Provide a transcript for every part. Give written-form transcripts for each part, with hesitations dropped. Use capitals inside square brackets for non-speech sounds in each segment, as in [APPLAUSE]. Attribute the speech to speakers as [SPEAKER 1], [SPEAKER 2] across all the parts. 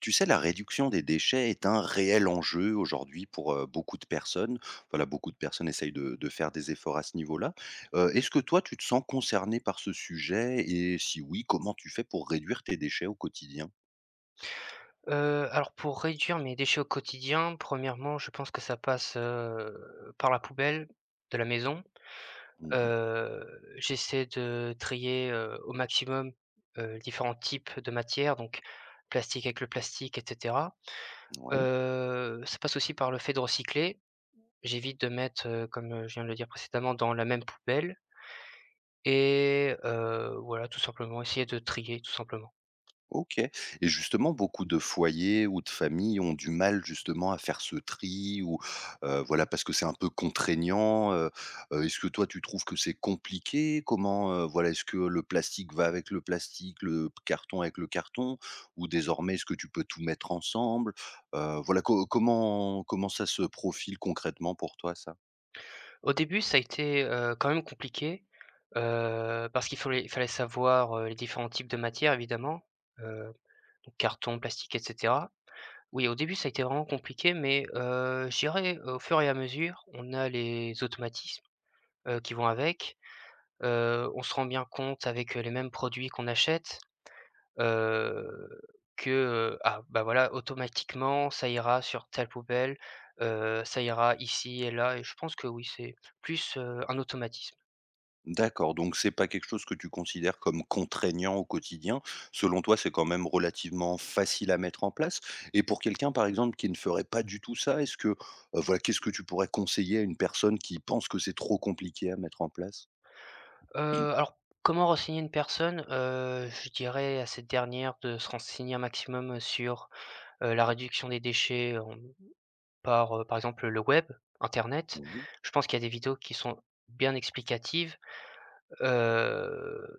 [SPEAKER 1] Tu sais, la réduction des déchets est un réel enjeu aujourd'hui pour beaucoup de personnes. Voilà, beaucoup de personnes essayent de faire des efforts à ce niveau-là. Est-ce que toi, tu te sens concerné par ce sujet? Et si oui, comment tu fais pour réduire tes déchets au quotidien?
[SPEAKER 2] Heu, alors pour réduire mes déchets au quotidien, premièrement je pense que ça passe, par la poubelle de la maison.
[SPEAKER 1] Mhm.
[SPEAKER 2] Heu, j'essaie de trier, au maximum, différents types de matières, donc plastique avec le plastique et cetera.
[SPEAKER 1] Ouais.
[SPEAKER 2] Ça passe aussi par le fait de recycler. J'évite de mettre, comme, je viens de le dire précédemment, dans la même poubelle. Et voilà, tout simplement, essayer de trier tout simplement.
[SPEAKER 1] OK, et justement, beaucoup de foyers ou de familles ont du mal justement à faire ce tri ou voilà, parce que c'est un peu contraignant. Est-ce que toi, tu trouves que c'est compliqué? Comment, voilà, est-ce que le plastique va avec le plastique, le carton avec le carton? Ou désormais, est-ce que tu peux tout mettre ensemble? Voilà, co comment ça se profile concrètement pour toi, ça?
[SPEAKER 2] Au début, ça a été, quand même compliqué, parce qu'il fallait savoir, les différents types de matières évidemment, heu, donc carton, plastique et cetera. Oui, au début, ça a été vraiment compliqué, mais je dirais, au fur et à mesure, on a les automatismes, qui vont avec, on se rend bien compte avec, les mêmes produits qu'on achète, heu, que, ah, bah, voilà, automatiquement, ça ira sur telle poubelle, ça ira ici et là. Et je pense que oui, c'est plus, un automatisme.
[SPEAKER 1] D'accord, donc c'est pas quelque chose que tu considères comme contraignant au quotidien. Selon toi, c'est quand même relativement facile à mettre en place. Et pour quelqu'un, par exemple, qui ne ferait pas du tout ça, est-ce que, voilà, qu'est-ce que tu pourrais conseiller à une personne qui pense que c'est trop compliqué à mettre en place?
[SPEAKER 2] Heu,
[SPEAKER 1] [CLEARS THROAT]
[SPEAKER 2] alors comment renseigner une personne? Je dirais à cette dernière de se renseigner un maximum sur, la réduction des déchets, par, par exemple, le web, internet.
[SPEAKER 1] Mmh. Mmh.
[SPEAKER 2] Je pense qu'il y a des vidéos qui sont bien explicatives, heu,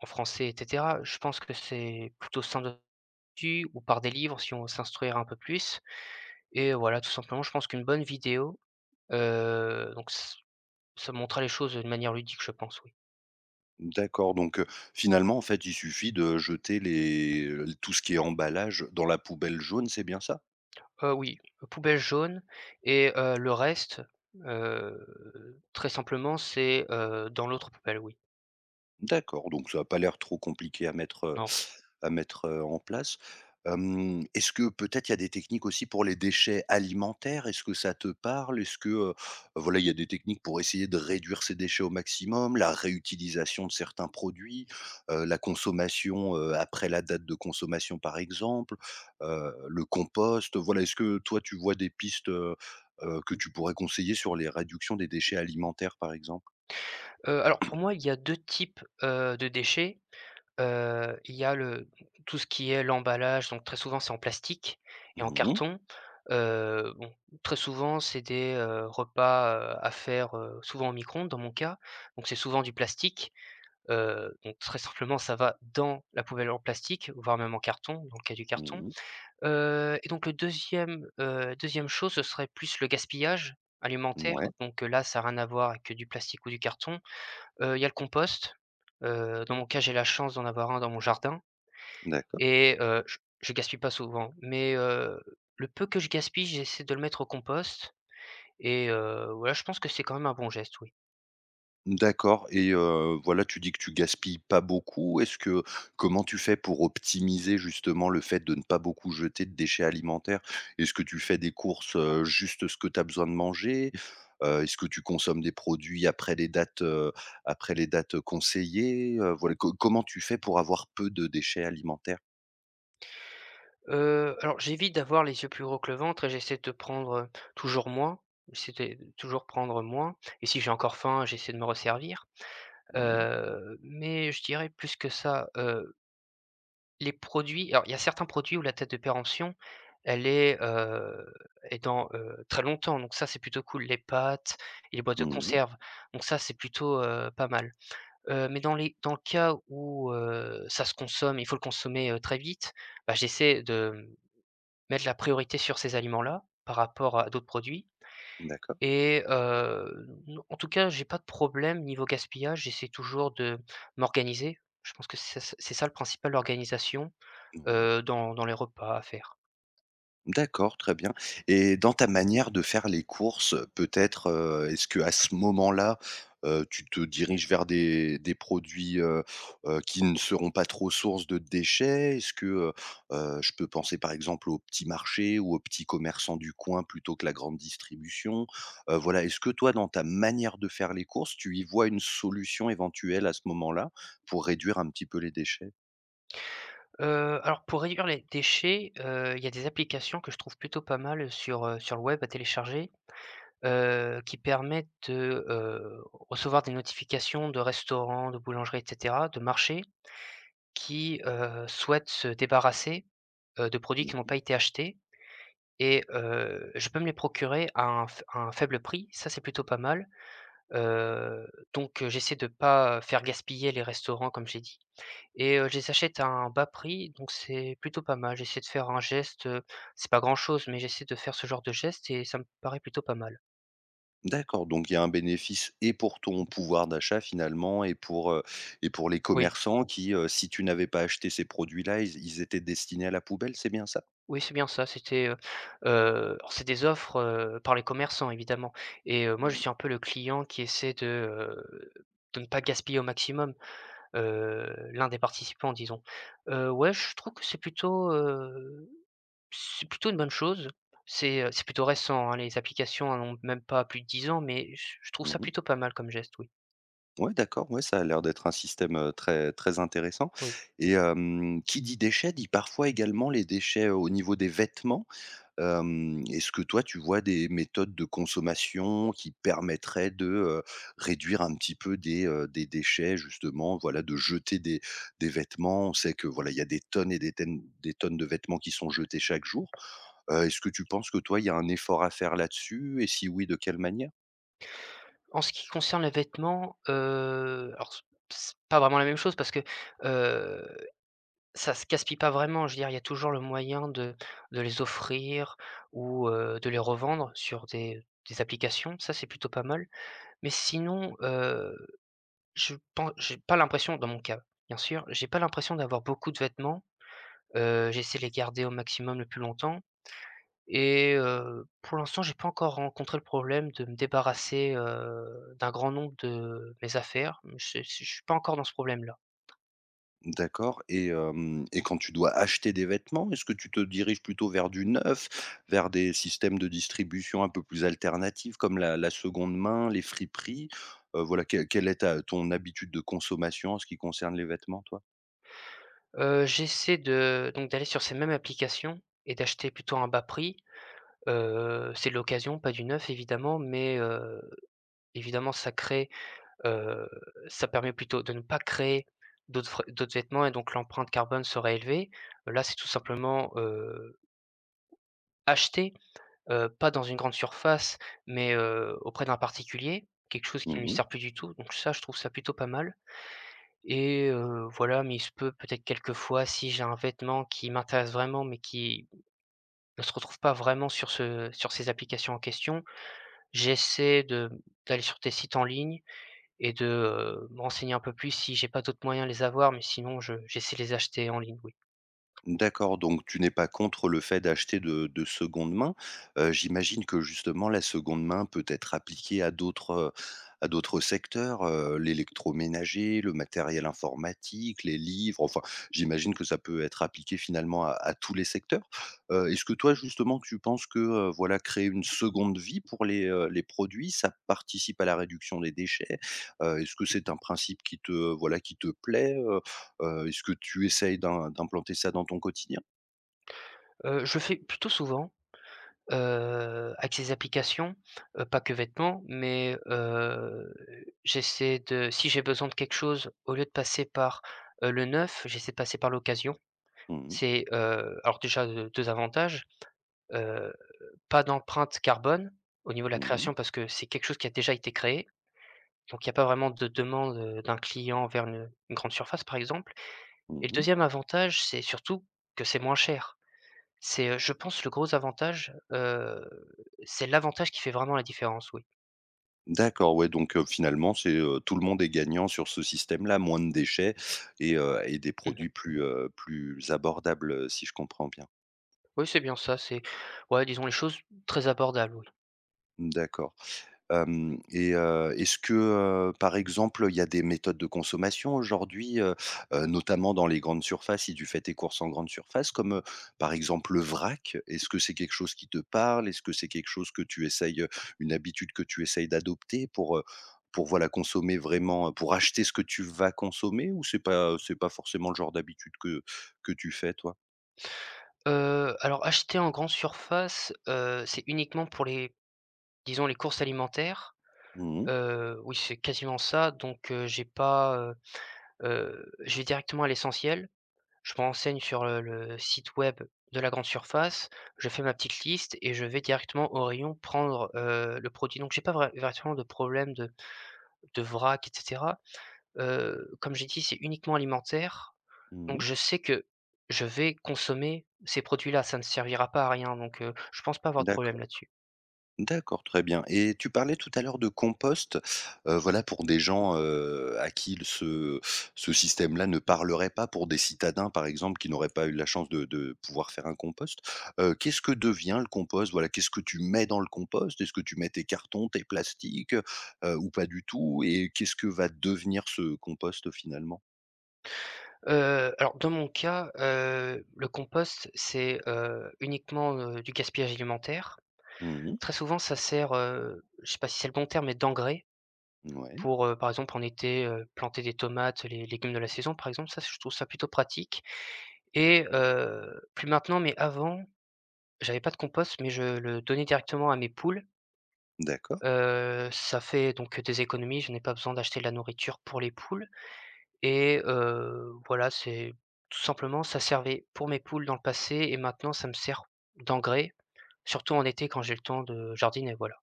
[SPEAKER 2] en français et cetera. Je pense que c'est plutôt simple là-dessus ou par des livres si on veut s'instruire un peu plus. Et voilà, tout simplement, je pense qu'une bonne vidéo, donc ç ça montrera les choses d'une manière ludique, je pense, oui.
[SPEAKER 1] D'accord, donc finalement, en fait, il suffit de jeter les tout ce qui est emballage dans la poubelle jaune, c'est bien ça?
[SPEAKER 2] Oui, poubelle jaune. Et le reste, très simplement, c'est, dans l'autre poubelle, oui.
[SPEAKER 1] D'accord, donc ça a pas l'air trop compliqué
[SPEAKER 2] Non.
[SPEAKER 1] à mettre, en place. Hem, est-ce que peut-être il y a des techniques aussi pour les déchets alimentaires? Est-ce que ça te parle? Est-ce que, voilà, il y a des techniques pour essayer de réduire ces déchets au maximum, la réutilisation de certains produits, la consommation, après la date de consommation par exemple, le compost, voilà, est-ce que toi tu vois des pistes? Que tu pourrais conseiller sur les réductions des déchets alimentaires par exemple?
[SPEAKER 2] Alors pour moi, il y a 2 types, de déchets. Il y a le tout ce qui est l'emballage, donc très souvent, c'est en plastique et en
[SPEAKER 1] Mmh mh.
[SPEAKER 2] carton. Bon, très souvent, c'est des, repas, à faire, souvent au micro-ondes, dans mon cas, donc c'est souvent du plastique. Donc très simplement, ça va dans la poubelle en plastique, voire même en carton, dans le cas du carton.
[SPEAKER 1] Mmh.
[SPEAKER 2] Et donc le deuxième e chose, ce serait plus le gaspillage alimentaire, donc là, ça a rien à voir avec du plastique ou du carton. Il y a le compost. Dans mon cas, j'ai la chance d'en avoir un dans mon jardin.
[SPEAKER 1] D'accord.
[SPEAKER 2] Et je gaspille pas souvent, mais le peu que je gaspille, j'essaie de le mettre au compost. Et voilà, je pense que c'est quand même un bon geste, oui.
[SPEAKER 1] D'accord et voilà, tu dis que tu gaspilles pas beaucoup. Est-ce que, comment tu fais pour optimiser justement le fait de ne pas beaucoup jeter de déchets alimentaires? Est-ce que tu fais des courses, juste ce que tu as besoin de manger? Est-ce que tu consommes des produits après les dates, conseillées? Voilà, co comment tu fais pour avoir peu de déchets alimentaires?
[SPEAKER 2] Alors j'évite d'avoir les yeux plus gros que le ventre et j'essaie de prendre toujours moins. C'était toujours prendre moins et si j'ai encore faim, j'essaie de me resservir.
[SPEAKER 1] Mmh mh.
[SPEAKER 2] Mais je dirais plus que ça, les produits, alors il y a certains produits où la date de péremption, elle est dans, très longtemps, donc ça, c'est plutôt cool. Les pâtes et les boîtes de
[SPEAKER 1] Mmh.
[SPEAKER 2] conserve, donc ça, c'est plutôt, pas mal. Mais dans le cas où, ça se consomme, il faut le consommer, très vite, bah, j'essaie de, mettre la priorité sur ces aliments-là, par rapport à d'autres produits.
[SPEAKER 1] D'accord.
[SPEAKER 2] Et n en tout cas, j'ai pas de problème niveau gaspillage. J'essaie toujours de m'organiser. Je pense que c'est ça le principal, l'organisation,
[SPEAKER 1] Ouais.
[SPEAKER 2] dans les repas à faire.
[SPEAKER 1] D'accord, très bien, et dans ta manière de faire les courses, peut-être, est-ce que à ce moment-là, tu te diriges vers des produits, qui ne seront pas trop source de déchets? Est-ce que, je peux penser par exemple aux petits marchés ou aux petits commerçants du coin plutôt que la grande distribution? Voilà, est-ce que toi, dans ta manière de faire les courses, tu y vois une solution éventuelle à ce moment-là pour réduire un petit peu les déchets?
[SPEAKER 2] Alors pour réduire les déchets, il y a des applications que je trouve plutôt pas mal sur le web à télécharger, qui permettent de, recevoir des notifications de restaurants, de boulangeries et cetera, de marchés qui, souhaitent se débarrasser, de produits qui n'ont pas été achetés. Et je peux me les procurer à un f à un faible prix, ça c'est plutôt pas mal. Heu, donc j'essaie de pas faire gaspiller les restaurants comme j'ai dit, et je les achète à un bas prix, donc c'est plutôt pas mal. J'essaie de faire un geste, c'est pas grand-chose, mais j'essaie de faire ce genre de geste et ça me paraît plutôt pas mal.
[SPEAKER 1] D'accord, donc il y a un bénéfice et pour ton pouvoir d'achat finalement et pour les
[SPEAKER 2] Oui,
[SPEAKER 1] commerçants qui, si tu n'avais pas acheté ces produits-là, ils étaient destinés à la poubelle, c'est bien ça?
[SPEAKER 2] oui, c'est bien ça, c'était, alors c'est des offres, par les commerçants évidemment. Et moi, je
[SPEAKER 1] Mmh.
[SPEAKER 2] suis un peu le client qui essaie de, ne pas gaspiller au maximum. L'un des participants disons. Ouais, je trouve que c'est plutôt une bonne chose. C'est plutôt récent, hein, les applications n'ont même pas plus de 10 ans, mais je trouve ça
[SPEAKER 1] Mmh.
[SPEAKER 2] plutôt pas mal comme geste, oui.
[SPEAKER 1] Ouais d'accord, ouais, ça a l'air d'être un système, très très intéressant,
[SPEAKER 2] Oui.
[SPEAKER 1] et hem, qui dit déchets dit parfois également les déchets au niveau des vêtements. Hem, est-ce que toi, tu vois des méthodes de consommation qui permettraient de, réduire un petit peu des déchets justement, voilà, de jeter des vêtements? On sait que, voilà, il y a des tonnes et des tonnes, des tonnes de vêtements qui sont jetés chaque jour. Est-ce que tu penses que toi, il y a un effort à faire là-dessus et si oui, de quelle manière?
[SPEAKER 2] En ce qui concerne les vêtements, alors c'est pas vraiment la même chose parce que, heu, ça se gaspille pas vraiment. Je veux dire, il y a toujours le moyen de les offrir ou, de les revendre sur des applications, ça c'est plutôt pas mal. Mais sinon, je pense, j'ai pas l'impression, dans mon cas bien sûr, j'ai pas l'impression d'avoir beaucoup de vêtements, j'essaie de les garder au maximum le plus longtemps. Et pour l'instant, j'ai pas encore rencontré le problème de me débarrasser, d'un grand nombre de mes affaires. Je suis pas encore dans ce problème-là.
[SPEAKER 1] D'accord, et hem, et quand tu dois acheter des vêtements, est-ce que tu te diriges plutôt vers du neuf, vers des systèmes de distribution un peu plus alternatifs comme la seconde main, les friperies? Voilà, quelle est ta ton habitude de consommation en ce qui concerne les vêtements, toi?
[SPEAKER 2] J'essaie de donc d'aller sur ces mêmes applications et d'acheter plutôt à un bas prix. C'est de l'occasion, pas du neuf évidemment, mais évidemment ça crée. Heu, ça permet plutôt de ne pas créer d'autres vêtements et donc l'empreinte carbone serait élevée. Là, c'est tout simplement, acheter, pas dans une grande surface, mais, auprès d'un particulier, quelque chose qui ne lui
[SPEAKER 1] Mmh.
[SPEAKER 2] sert plus du tout, donc ça, je trouve ça plutôt pas mal. Et voilà, mais il se peut peut-être quelquefois, si j'ai un vêtement qui m'intéresse vraiment, mais qui ne se retrouve pas vraiment sur ces applications en question, j'essaie de d'aller sur des sites en ligne et de, me renseigner un peu plus si j'ai pas d'autres moyens de les avoir, mais sinon je j'essaie de les acheter en ligne, oui.
[SPEAKER 1] D'accord, donc tu n'es pas contre le fait d'acheter de seconde main. J'imagine que justement la seconde main peut être appliquée à d'autres secteurs, l'électroménager, le matériel informatique, les livres, enfin j'imagine que ça peut être appliqué finalement à tous les secteurs. Est-ce que toi justement tu penses que, voilà, créer une seconde vie pour les produits, ça participe à la réduction des déchets? Est-ce que c'est un principe qui te, voilà, qui te plaît? Est-ce que tu essayes d'implanter ça dans ton quotidien?
[SPEAKER 2] Je fais plutôt souvent, avec ces applications, pas que vêtements, mais j'essaie de, si j'ai besoin de quelque chose, au lieu de passer par, le neuf, j'essaie de passer par l'occasion.
[SPEAKER 1] Mmh mh.
[SPEAKER 2] C'est, alors déjà, deux avantages, heu, pas d'empreinte carbone au niveau de la
[SPEAKER 1] Mmh.
[SPEAKER 2] création parce que c'est quelque chose qui a déjà été créé, donc il y a pas vraiment de demande, d'un client vers une grande surface, par exemple. Et le
[SPEAKER 1] Mmh.
[SPEAKER 2] deuxième avantage, c'est surtout que c'est moins cher. C'est, je pense le gros avantage, c'est l'avantage qui fait vraiment la différence, oui.
[SPEAKER 1] D'accord, ouais, donc finalement, c'est, tout le monde est gagnant sur ce système-là, moins de déchets et des produits
[SPEAKER 2] Mmh.
[SPEAKER 1] plus, plus abordables, si je comprends bien.
[SPEAKER 2] Oui, c'est bien ça, c'est ouais, disons les choses très abordables, oui.
[SPEAKER 1] D'accord. Hem, et est-ce que, par exemple, il y a des méthodes de consommation aujourd'hui, notamment dans les grandes surfaces, si tu fais tes courses en grande surface, comme, par exemple, le vrac? Est-ce que c'est quelque chose qui te parle? Est-ce que c'est quelque chose que tu essayes, une habitude que tu essayes d'adopter pour voilà, consommer vraiment, pour acheter ce que tu vas consommer, ou c'est pas, c'est pas forcément le genre d'habitude que tu fais toi?
[SPEAKER 2] Alors acheter en grande surface, c'est uniquement pour les, disons, les courses alimentaires.
[SPEAKER 1] Mmh mh.
[SPEAKER 2] Oui, c'est quasiment ça, donc j'ai pas, je vais directement à l'essentiel. Je me renseigne sur le site web de la grande surface, je fais ma petite liste et je vais directement au rayon prendre, le produit. Donc j'ai pas vrai véritablement de problème de vrac et cetera. Comme j'ai dit, c'est uniquement alimentaire, donc
[SPEAKER 1] Mmh.
[SPEAKER 2] je sais que je vais consommer ces produits-là, ça ne servira pas à rien, donc je pense pas avoir de problème
[SPEAKER 1] D'accord.
[SPEAKER 2] là-dessus.
[SPEAKER 1] D'accord, très bien, et tu parlais tout à l'heure de compost, voilà pour des gens, à qui le ce ce système-là ne parlerait pas, pour des citadins par exemple qui n'auraient pas eu la chance de pouvoir faire un compost. Qu'est-ce que devient le compost? Voilà, qu'est-ce que tu mets dans le compost? Est-ce que tu mets tes cartons, tes plastiques, ou pas du tout? Et qu'est-ce que va devenir ce compost finalement?
[SPEAKER 2] Alors dans mon cas, le compost, c'est, uniquement, du gaspillage alimentaire.
[SPEAKER 1] Mmh.
[SPEAKER 2] Très souvent, ça sert, je sais pas si c'est le bon terme, mais d'engrais.
[SPEAKER 1] Ouais,
[SPEAKER 2] Pour, par exemple en été, planter des tomates, les légumes de la saison par exemple, ça je trouve ça plutôt pratique. Et plus maintenant mais avant, j'avais pas de compost mais je le donnais directement à mes poules.
[SPEAKER 1] d'accord.
[SPEAKER 2] Ça fait donc des économies, je n'ai pas besoin d'acheter de la nourriture pour les poules. Et voilà, c'est tout simplement, ça servait pour mes poules dans le passé et maintenant ça me sert d'engrais. Surtout en été quand j'ai le temps de jardiner, voilà.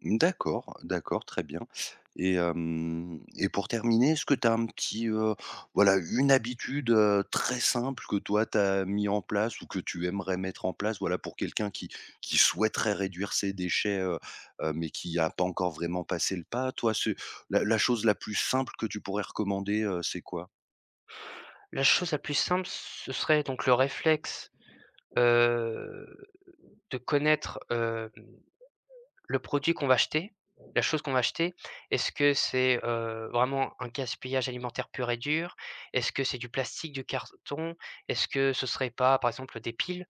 [SPEAKER 1] D'accord, d'accord, très bien, et hem, et pour terminer, est-ce que tu as un petit, voilà, une habitude, très simple que toi tu as mis en place ou que tu aimerais mettre en place, voilà, pour quelqu'un qui souhaiterait réduire ses déchets, mais qui n'a pas encore vraiment passé le pas? Toi, c'est la chose la plus simple que tu pourrais recommander, c'est quoi?
[SPEAKER 2] La chose la plus simple, ce serait donc le réflexe, heu, de connaître, le produit qu'on va acheter, la chose qu'on va acheter. Est-ce que c'est, vraiment un gaspillage alimentaire pur et dur? Est-ce que c'est du plastique, du carton? Est-ce que ce serait pas, par exemple, des piles?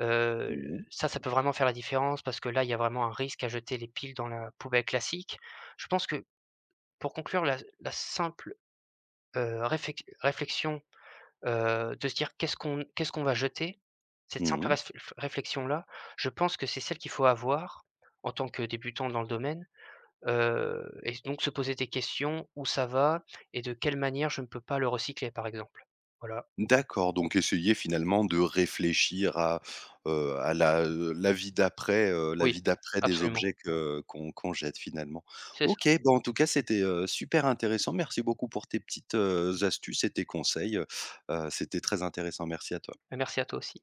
[SPEAKER 2] Heu,
[SPEAKER 1] Mmh mh.
[SPEAKER 2] ça, ça peut vraiment faire la différence parce que là, il y a vraiment un risque à jeter les piles dans la poubelle classique. Je pense que, pour conclure, la simple, réflexion, de se dire: Qu'est-ce qu'on va jeter?» Cette simple
[SPEAKER 1] Mmh.
[SPEAKER 2] réflexion-là, je pense que c'est celle qu'il faut avoir en tant que débutant dans le domaine, et donc se poser des questions, où ça va et de quelle manière je ne peux pas le recycler, par exemple. Voilà.
[SPEAKER 1] D'accord, donc essayer finalement de réfléchir à la, la vie
[SPEAKER 2] Oui,
[SPEAKER 1] d'après des
[SPEAKER 2] absolument,
[SPEAKER 1] objets que qu'on jette finalement.
[SPEAKER 2] c'est
[SPEAKER 1] OK,
[SPEAKER 2] ça.
[SPEAKER 1] bon, en tout cas c'était, super intéressant. Merci beaucoup pour tes petites, astuces et tes conseils, c'était très intéressant. Merci à toi.
[SPEAKER 2] Merci à toi aussi.